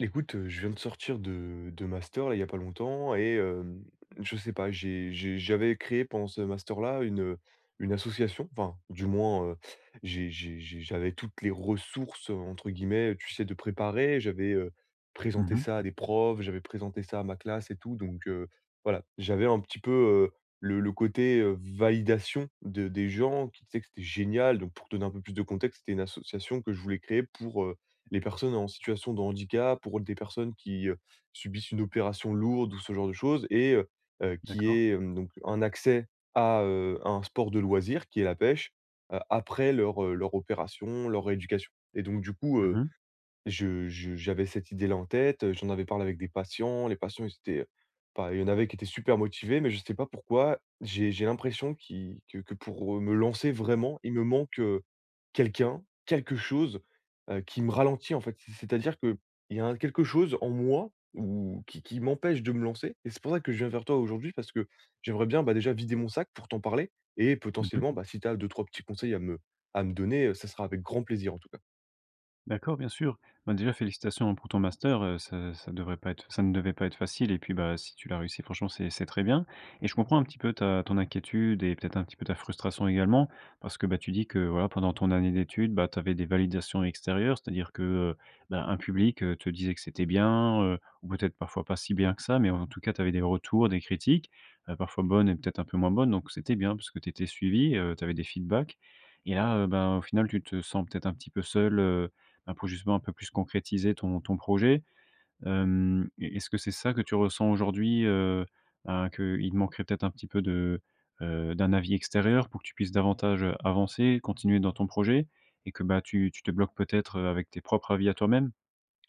Écoute, je viens de sortir de master là, il y a pas longtemps et je sais pas, j'avais créé pendant ce master-là une association, enfin du moins, j'avais toutes les «ressources» entre guillemets, tu sais, de préparer. J'avais présenté Mhm. ça à des profs, j'avais présenté ça à ma classe et tout donc voilà. J'avais un petit peu, le côté, validation de des gens qui disaient que c'était génial. Donc pour te donner un peu plus de contexte, c'était une association que je voulais créer pour les personnes en situation de handicap, pour des personnes qui subissent une opération lourde ou ce genre de choses et heu, qui D'accord. est, donc un accès à un sport de loisir qui est la pêche, après leur opération, leur rééducation et donc du coup, Mhm. Je j'avais cette idée-là en tête. J'en avais parlé avec des patients, les patients ils étaient, enfin il y en avait qui étaient super motivés, mais je ne sais pas pourquoi, j'ai l'impression qui que pour me lancer vraiment, il me manque quelqu'un, quelque chose qui me ralentit en fait. C'est-à-dire qu'il y a un quelque chose en moi ou qui m'empêche de me lancer, et c'est pour ça que je viens vers toi aujourd'hui, parce que j'aimerais bien, bah, déjà vider mon sac pour t'en parler et Mhm. potentiellement, bah, si tu as 2-3 petits conseils à me donner, ça sera avec grand plaisir en tout cas. D'accord, bien sûr. Bah, déjà félicitations, hein, pour ton master, ça devrait pas être ça ne devait pas être facile et puis, bah, si tu l'as réussi franchement c'est très bien et je comprends un petit peu ta ton inquiétude et peut-être un petit peu ta frustration également parce que, bah, tu dis que, voilà, pendant ton année d'études, bah, tu avais des validations extérieures, c'est-à-dire que, bah, un public, te disait que c'était bien, ou peut-être parfois pas si bien que ça, mais en tout cas tu avais des retours, des critiques, parfois bonnes et peut-être un peu moins bonnes donc c'était bien parce que tu étais suivi, tu avais des feedbacks et là, ben, au final tu te sens peut-être un petit peu seul, bah, pour justement un peu plus concrétiser ton ton projet, est-ce que c'est ça que tu ressens aujourd'hui, bah, qu'il te manquerait peut-être un petit peu de, d'un avis extérieur pour que tu puisses davantage, avancer, continuer dans ton projet et que, bah, tu te bloques peut-être, avec tes propres avis à toi-même?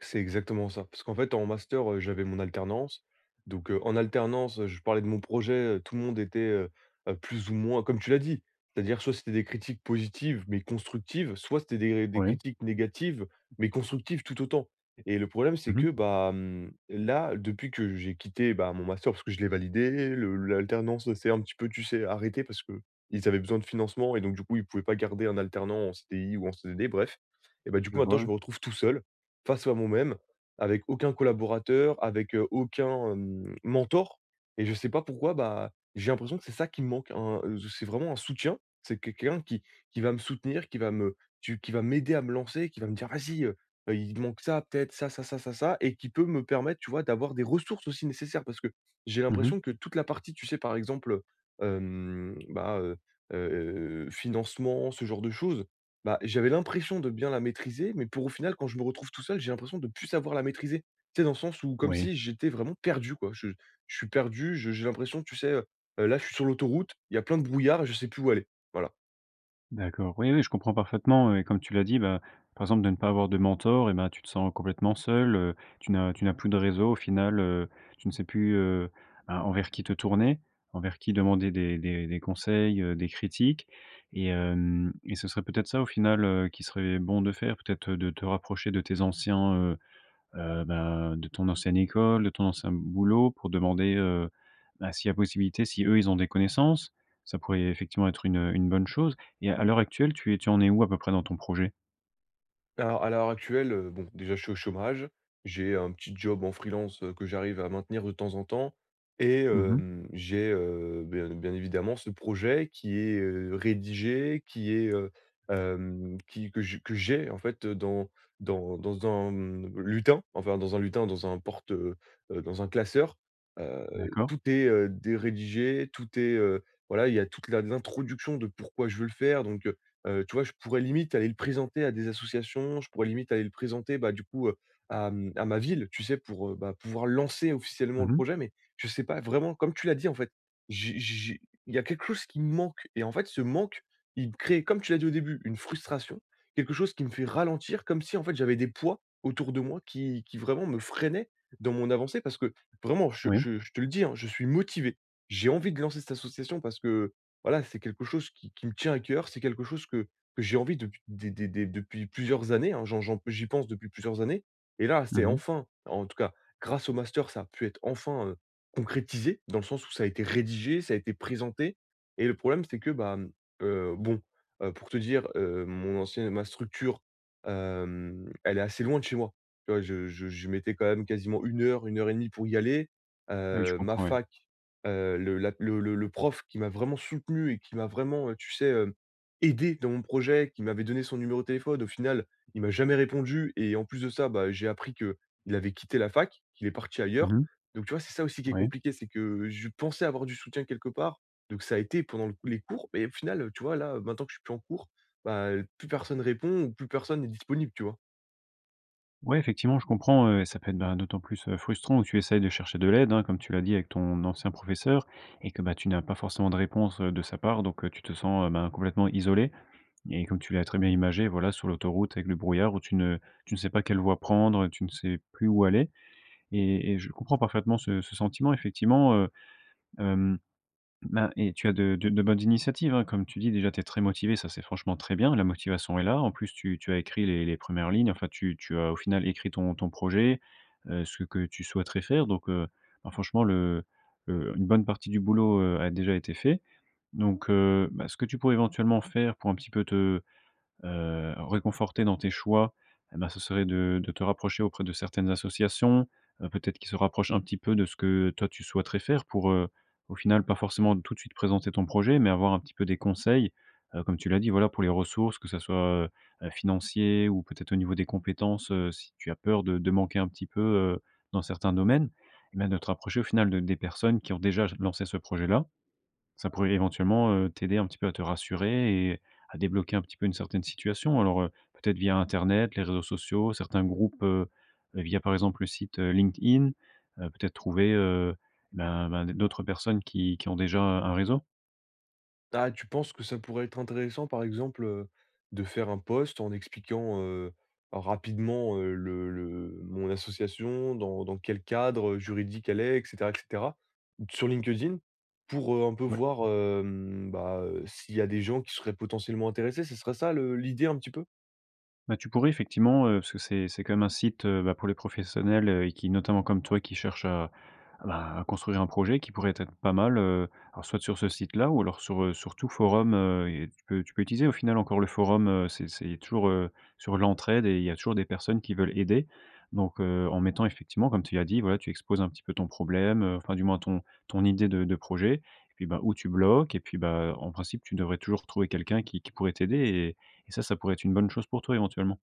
C'est exactement ça. Parce qu'en fait, en master, j'avais mon alternance. Donc, en alternance, je parlais de mon projet, tout le monde était, plus ou moins comme tu l'as dit. C'est-à-dire soit c'était des critiques positives, mais constructives, soit c'était des Oui. critiques négatives, mais constructives tout autant. Et le problème, c'est Mmh. que, bah, là, depuis que j'ai quitté, bah, mon master, parce que je l'ai validé, le l'alternance, s'est un petit peu, tu sais, arrêtée parce que ils avaient besoin de financement, et donc du coup, ils ne pouvaient pas garder un alternant en CDI ou en CDD, bref. Et bah, du Je coup, vois, maintenant, je ouais. me retrouve tout seul face à moi-même, avec aucun collaborateur, avec aucun mentor, et je sais pas pourquoi, bah, j'ai l'impression que c'est ça qui me manque. Un C'est vraiment un soutien. C'est quelqu'un qui va me soutenir, qui va me tu qui va m'aider à me lancer, qui va me dire: «Vas-y, il te manque ça peut-être, ça», et qui peut me permettre, tu vois, d'avoir des ressources aussi nécessaires. Parce que j'ai Mmh. l'impression que toute la partie, tu sais, par exemple, heu, bah, financement, ce genre de choses, bah, j'avais l'impression de bien la maîtriser, mais pour au final, quand je me retrouve tout seul, j'ai l'impression de plus savoir la maîtriser. Tu sais, dans le sens où comme Oui. si j'étais vraiment perdu, quoi. Je suis perdu, j'ai l'impression, tu sais, là, je suis sur l'autoroute, il y a plein de brouillard et je sais plus où aller. Voilà. D'accord. Oui, oui, je comprends parfaitement et comme tu l'as dit, bah, par exemple, de ne pas avoir de mentor et ben, tu te sens complètement seul, tu n'as plus de réseau au final, tu ne sais plus, ben, envers qui te tourner, envers qui demander des conseils, des critiques et hem et ce serait peut-être ça au final, qui serait bon de faire, peut-être de te rapprocher de tes anciens, ben, de ton ancienne école, de ton ancien boulot pour demander, bah, s'il y a possibilité, si eux, ils ont des connaissances. Ça pourrait effectivement être une bonne chose et à l'heure actuelle, tu en es où à peu près dans ton projet? Alors à l'heure actuelle, bon, déjà je suis au chômage, j'ai un petit job en freelance, que j'arrive à maintenir de temps en temps, et Mmh. hem, j'ai, bien bien évidemment ce projet qui est, rédigé, qui est, hem, qui que je que j'ai en fait, dans un, lutin, enfin dans un lutin, dans un classeur. D'accord. Tout est, dé rédigé, tout est, voilà, il y a toute la l'introduction de pourquoi je veux le faire donc. Tu vois, je pourrais limite aller le présenter à des associations, je pourrais limite aller le présenter, bah, du coup, à ma ville, tu sais, pour, bah, pouvoir lancer officiellement le Mmh. projet. Mais je sais pas, vraiment, comme tu l'as dit, en fait, j'ai il y a quelque chose qui me manque, et en fait, ce manque, il me crée, comme tu l'as dit au début, une frustration, quelque chose qui me fait ralentir, comme si, en fait, j'avais des poids autour de moi qui vraiment me freinaient dans mon avancée. Parce que vraiment, je Oui. je je te le dis, hein, je suis motivé. J'ai envie de lancer cette association parce que, voilà, c'est quelque chose qui me tient à cœur, c'est quelque chose que j'ai envie depuis des depuis plusieurs années, hein, j'y pense depuis plusieurs années, et là, c'est Mmh. enfin, en tout cas grâce au master, ça a pu être enfin, concrétisé dans le sens où ça a été rédigé, ça a été présenté. Et le problème, c'est que, bah, bon, pour te dire, mon ancien ma structure, elle est assez loin de chez moi. Tu vois? Je mettais quand même quasiment une heure et demie pour y aller. Ah oui, je Ma comprends, oui. fac le la le prof qui m'a vraiment soutenu et qui m'a vraiment, tu sais, aidé dans mon projet, qui m'avait donné son numéro de téléphone. Au final, il m'a jamais répondu, et en plus de ça, bah, j'ai appris que il avait quitté la fac, qu'il est parti Mmh ailleurs. mh. Donc tu vois, c'est ça aussi qui est Ouais. compliqué, c'est que je pensais avoir du soutien quelque part, donc ça a été pendant le les cours, mais au final, tu vois, là, maintenant que je suis plus en cours, bah, plus personne répond ou plus personne n'est disponible, tu vois? Ouais, effectivement, je comprends, ça peut être, ben, d'autant plus, frustrant où tu essayes de chercher de l'aide, hein, comme tu l'as dit avec ton ancien professeur et que, bah, tu n'as pas forcément de réponse, de sa part donc, tu te sens, ben, complètement isolé. Et comme tu l'as très bien imagé, voilà, sur l'autoroute avec le brouillard où tu ne sais pas quelle voie prendre, tu ne sais plus où aller et je comprends parfaitement ce sentiment effectivement, hem, ben et tu as de bonnes initiatives, hein. Comme tu dis déjà, tu es très motivé, ça c'est franchement très bien. La motivation est là. En plus tu as écrit les premières lignes, enfin tu as au final écrit ton ton projet, ce que tu souhaiterais faire donc ben franchement le, une bonne partie du boulot, a déjà été fait donc bah, ce que tu pourrais éventuellement faire pour un petit peu te réconforter dans tes choix, eh ben, ce serait de te rapprocher auprès de certaines associations, peut-être qui se rapprochent un petit peu de ce que toi tu souhaiterais faire pour, au final pas forcément tout de suite présenter ton projet, mais avoir un petit peu des conseils, comme tu l'as dit, voilà, pour les ressources, que ça soit, financier ou peut-être au niveau des compétences, si tu as peur de manquer un petit peu, dans certains domaines, eh ben, de te rapprocher au final de des personnes qui ont déjà lancé ce projet-là ça pourrait éventuellement, t'aider un petit peu à te rassurer et à débloquer un petit peu une certaine situation. Alors, peut-être via internet, les réseaux sociaux, certains groupes, via par exemple le site, LinkedIn, peut-être trouver, ben d'autres personnes qui ont déjà un réseau. Ah, tu penses que ça pourrait être intéressant, par exemple, de faire un post en expliquant, rapidement, le mon association, dans quel cadre juridique elle est, et cetera, sur LinkedIn, pour, un peu Ouais. voir, bah, s'il y a des gens qui seraient potentiellement intéressés, ce serait ça le l'idée un petit peu? Bah, tu pourrais effectivement, parce que c'est quand même un site, bah, pour les professionnels, et qui notamment comme toi qui cherchent à bah, construire un projet qui pourrait être pas mal, alors soit sur ce site-là ou alors sur, sur tout forum, et tu peux utiliser au final encore le forum, c'est toujours, sur l'entraide et il y a toujours des personnes qui veulent aider. Donc, en mettant effectivement comme tu l'as dit, voilà, tu exposes un petit peu ton problème, enfin du moins ton ton idée de projet et puis, bah, où tu bloques et puis, bah, en principe, tu devrais toujours trouver quelqu'un qui pourrait t'aider et ça, ça pourrait être une bonne chose pour toi éventuellement.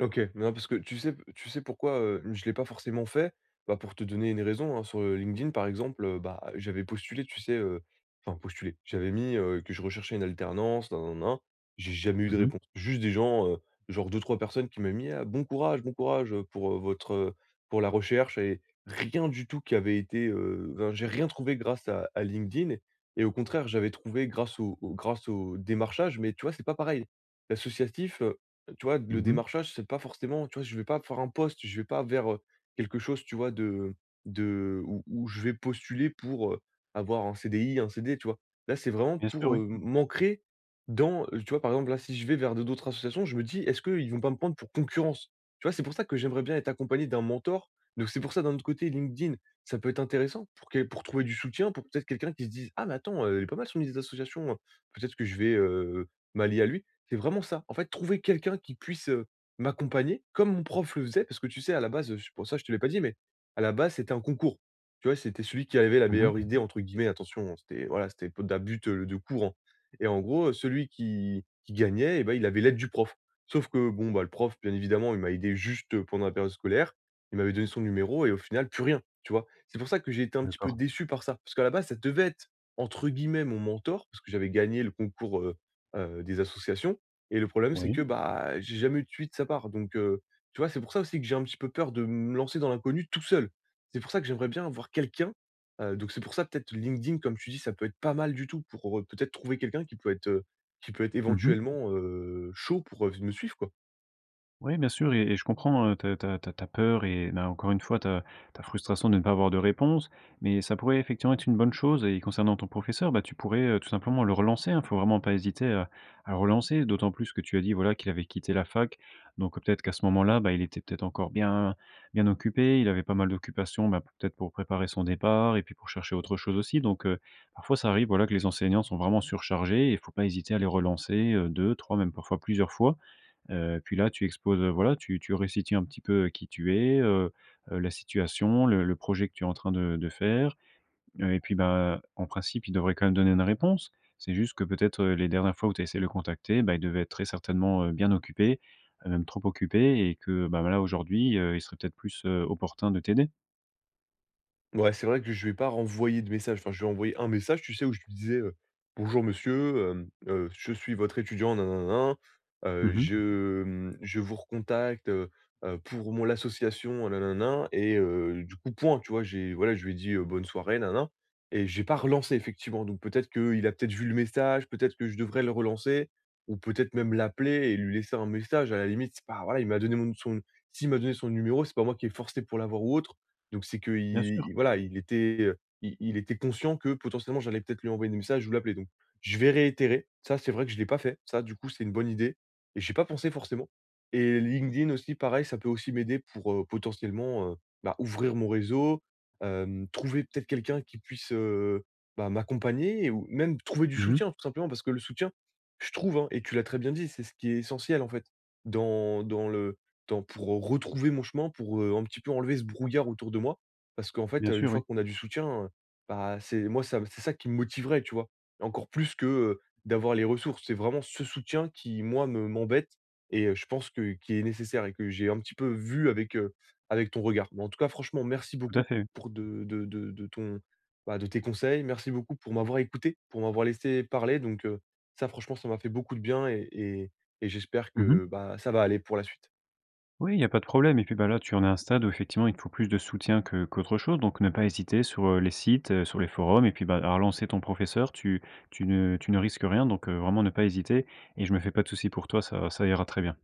OK. Non, parce que tu sais pourquoi, je ne l'ai pas forcément fait? Bah, pour te donner une raison, hein, sur, LinkedIn, par exemple, bah, j'avais postulé, tu sais, enfin postulé, j'avais mis, que je recherchais une alternance, nin nin nin. J'ai jamais eu de Mmh mh. réponse. Juste des gens, genre deux trois personnes qui m'avaient mis: «Ah, bon courage, pour, votre, pour la recherche», et rien du tout qui avait été, enfin, j'ai rien trouvé grâce à LinkedIn, et au contraire, j'avais trouvé grâce au démarchage, mais tu vois, c'est pas pareil. L'associatif, tu vois, le Mmh. démarchage, c'est pas forcément tu vois, je vais pas faire un poste, je vais pas vers, quelque chose, tu vois, de où je vais postuler pour, avoir un CDI, un CD, tu vois? Là, c'est vraiment Bien sûr, pour, oui. M'ancrer dans, tu vois, par exemple, là, si je vais vers de d'autres associations, je me dis: «Est-ce qu'ils vont pas me prendre pour concurrence?» tu vois? C'est pour ça que j'aimerais bien être accompagné d'un mentor. Donc c'est pour ça, d'un autre côté, LinkedIn, ça peut être intéressant pour trouver du soutien, pour peut-être quelqu'un qui se dise: «Ah mais attends, elle est pas mal son idée d'association, peut-être que je vais, m'allier à lui». C'est vraiment ça. En fait, trouver quelqu'un qui puisse, m'accompagner comme mon prof le faisait, parce que tu sais, à la base, je pour ça je te l'ai pas dit, mais à la base, c'était un concours. Tu vois? C'était celui qui avait «la Mmh. meilleure idée» entre guillemets, attention, c'était voilà, c'était pas de la butte, de cours, hein, et en gros, celui qui gagnait, et ben il avait l'aide du prof. Sauf que bon, bah, le prof, bien évidemment, il m'a aidé juste, pendant la période scolaire. Il m'avait donné son numéro et au final, plus rien, tu vois? C'est pour ça que j'ai été un petit peu D'accord. déçu par ça, parce qu'à la base, ça devait être entre guillemets «mon mentor», parce que j'avais gagné le concours, des associations, et le problème, c'est Oui. que, bah, j'ai jamais eu de suite de sa part, donc, tu vois? C'est pour ça aussi que j'ai un petit peu peur de me lancer dans l'inconnu tout seul. C'est pour ça que j'aimerais bien avoir quelqu'un, donc c'est pour ça peut-être LinkedIn, comme tu dis, ça peut être pas mal du tout pour, peut-être trouver quelqu'un qui peut être Mmh. éventuellement, chaud pour, me suivre, quoi. Oui, bien sûr et je comprends, ta peur et bah, encore une fois, ta ta frustration de ne pas avoir de réponse. Mais ça pourrait effectivement être une bonne chose et concernant ton professeur, bah, tu pourrais, tout simplement le relancer, hein. Faut vraiment pas hésiter à le relancer, d'autant plus que tu as dit, voilà, qu'il avait quitté la fac. Donc peut-être qu'à ce moment-là, bah, il était peut-être encore bien occupé. Il avait pas mal d'occupations, bah, peut-être pour préparer son départ et puis pour chercher autre chose aussi. Donc, parfois ça arrive, voilà, que les enseignants sont vraiment surchargés et il faut pas hésiter à les relancer, 2-3, même parfois plusieurs fois. Puis là, tu exposes, voilà, tu récites un petit peu qui tu es, la situation, le projet que tu es en train de faire, et puis, bah, en principe, il devrait quand même donner une réponse. C'est juste que peut-être, les dernières fois où tu as essayé de le contacter, bah, il devait être très certainement, bien occupé, même trop occupé et que, bah, là aujourd'hui, il serait peut-être plus, opportun de t'aider. Ouais, c'est vrai que je lui ai pas renvoyer de message. Enfin, je vais ai un message, tu sais, où je lui disais: «Bonjour monsieur, je suis votre étudiant nin nin Mmh. Je vous recontacte, pour mon l'association nin et du coup, point, tu vois? J'ai voilà, je lui ai dit: «Bonne soirée nin, et j'ai pas relancé effectivement. Donc peut-être qu'il a peut-être vu le message, peut-être que je devrais le relancer ou peut-être même l'appeler et lui laisser un message à la limite. C'est pas voilà, il m'a donné mon son s'il m'a donné son numéro, c'est pas moi qui ai forcé pour l'avoir ou autre. Donc c'est que Bien sûr. Voilà, il était, il était conscient que potentiellement j'allais peut-être lui envoyer des messages ou l'appeler, donc je vais réitérer. Ça, c'est vrai que je l'ai pas fait. Ça, du coup, c'est une bonne idée, et j'ai pas pensé forcément, et LinkedIn aussi pareil, ça peut aussi m'aider pour, potentiellement, bah, ouvrir mon réseau, trouver peut-être quelqu'un qui puisse, bah, m'accompagner ou même trouver du Mmh. soutien tout simplement, parce que le soutien, je trouve, hein, et tu l'as très bien dit, c'est ce qui est essentiel en fait dans dans le dans pour, retrouver mon chemin, pour, un petit peu enlever ce brouillard autour de moi. Parce qu'en fait, Bien une sûr, oui. fois qu'on a du soutien, bah, c'est moi ça c'est ça qui me motiverait, tu vois? Encore plus que, d'avoir les ressources. C'est vraiment ce soutien qui, moi, me m'embête, et je pense que qui est nécessaire et que j'ai un petit peu vu avec, avec ton regard. Mais en tout cas, franchement, merci Tout à beaucoup fait, oui. pour de ton bah, de tes conseils. Merci beaucoup pour m'avoir écouté, pour m'avoir laissé parler. Donc, ça franchement, ça m'a fait beaucoup de bien, et j'espère Mmh. que, bah, ça va aller pour la suite. Oui, il n'y a pas de problème et puis, bah, là, tu en es à un stade où effectivement il te faut plus de soutien que qu'autre chose donc ne pas hésiter sur, les sites, sur les forums et puis, bah, à relancer ton professeur. Tu ne risques rien donc, vraiment ne pas hésiter et je me fais pas de soucis pour toi, ça ira très bien.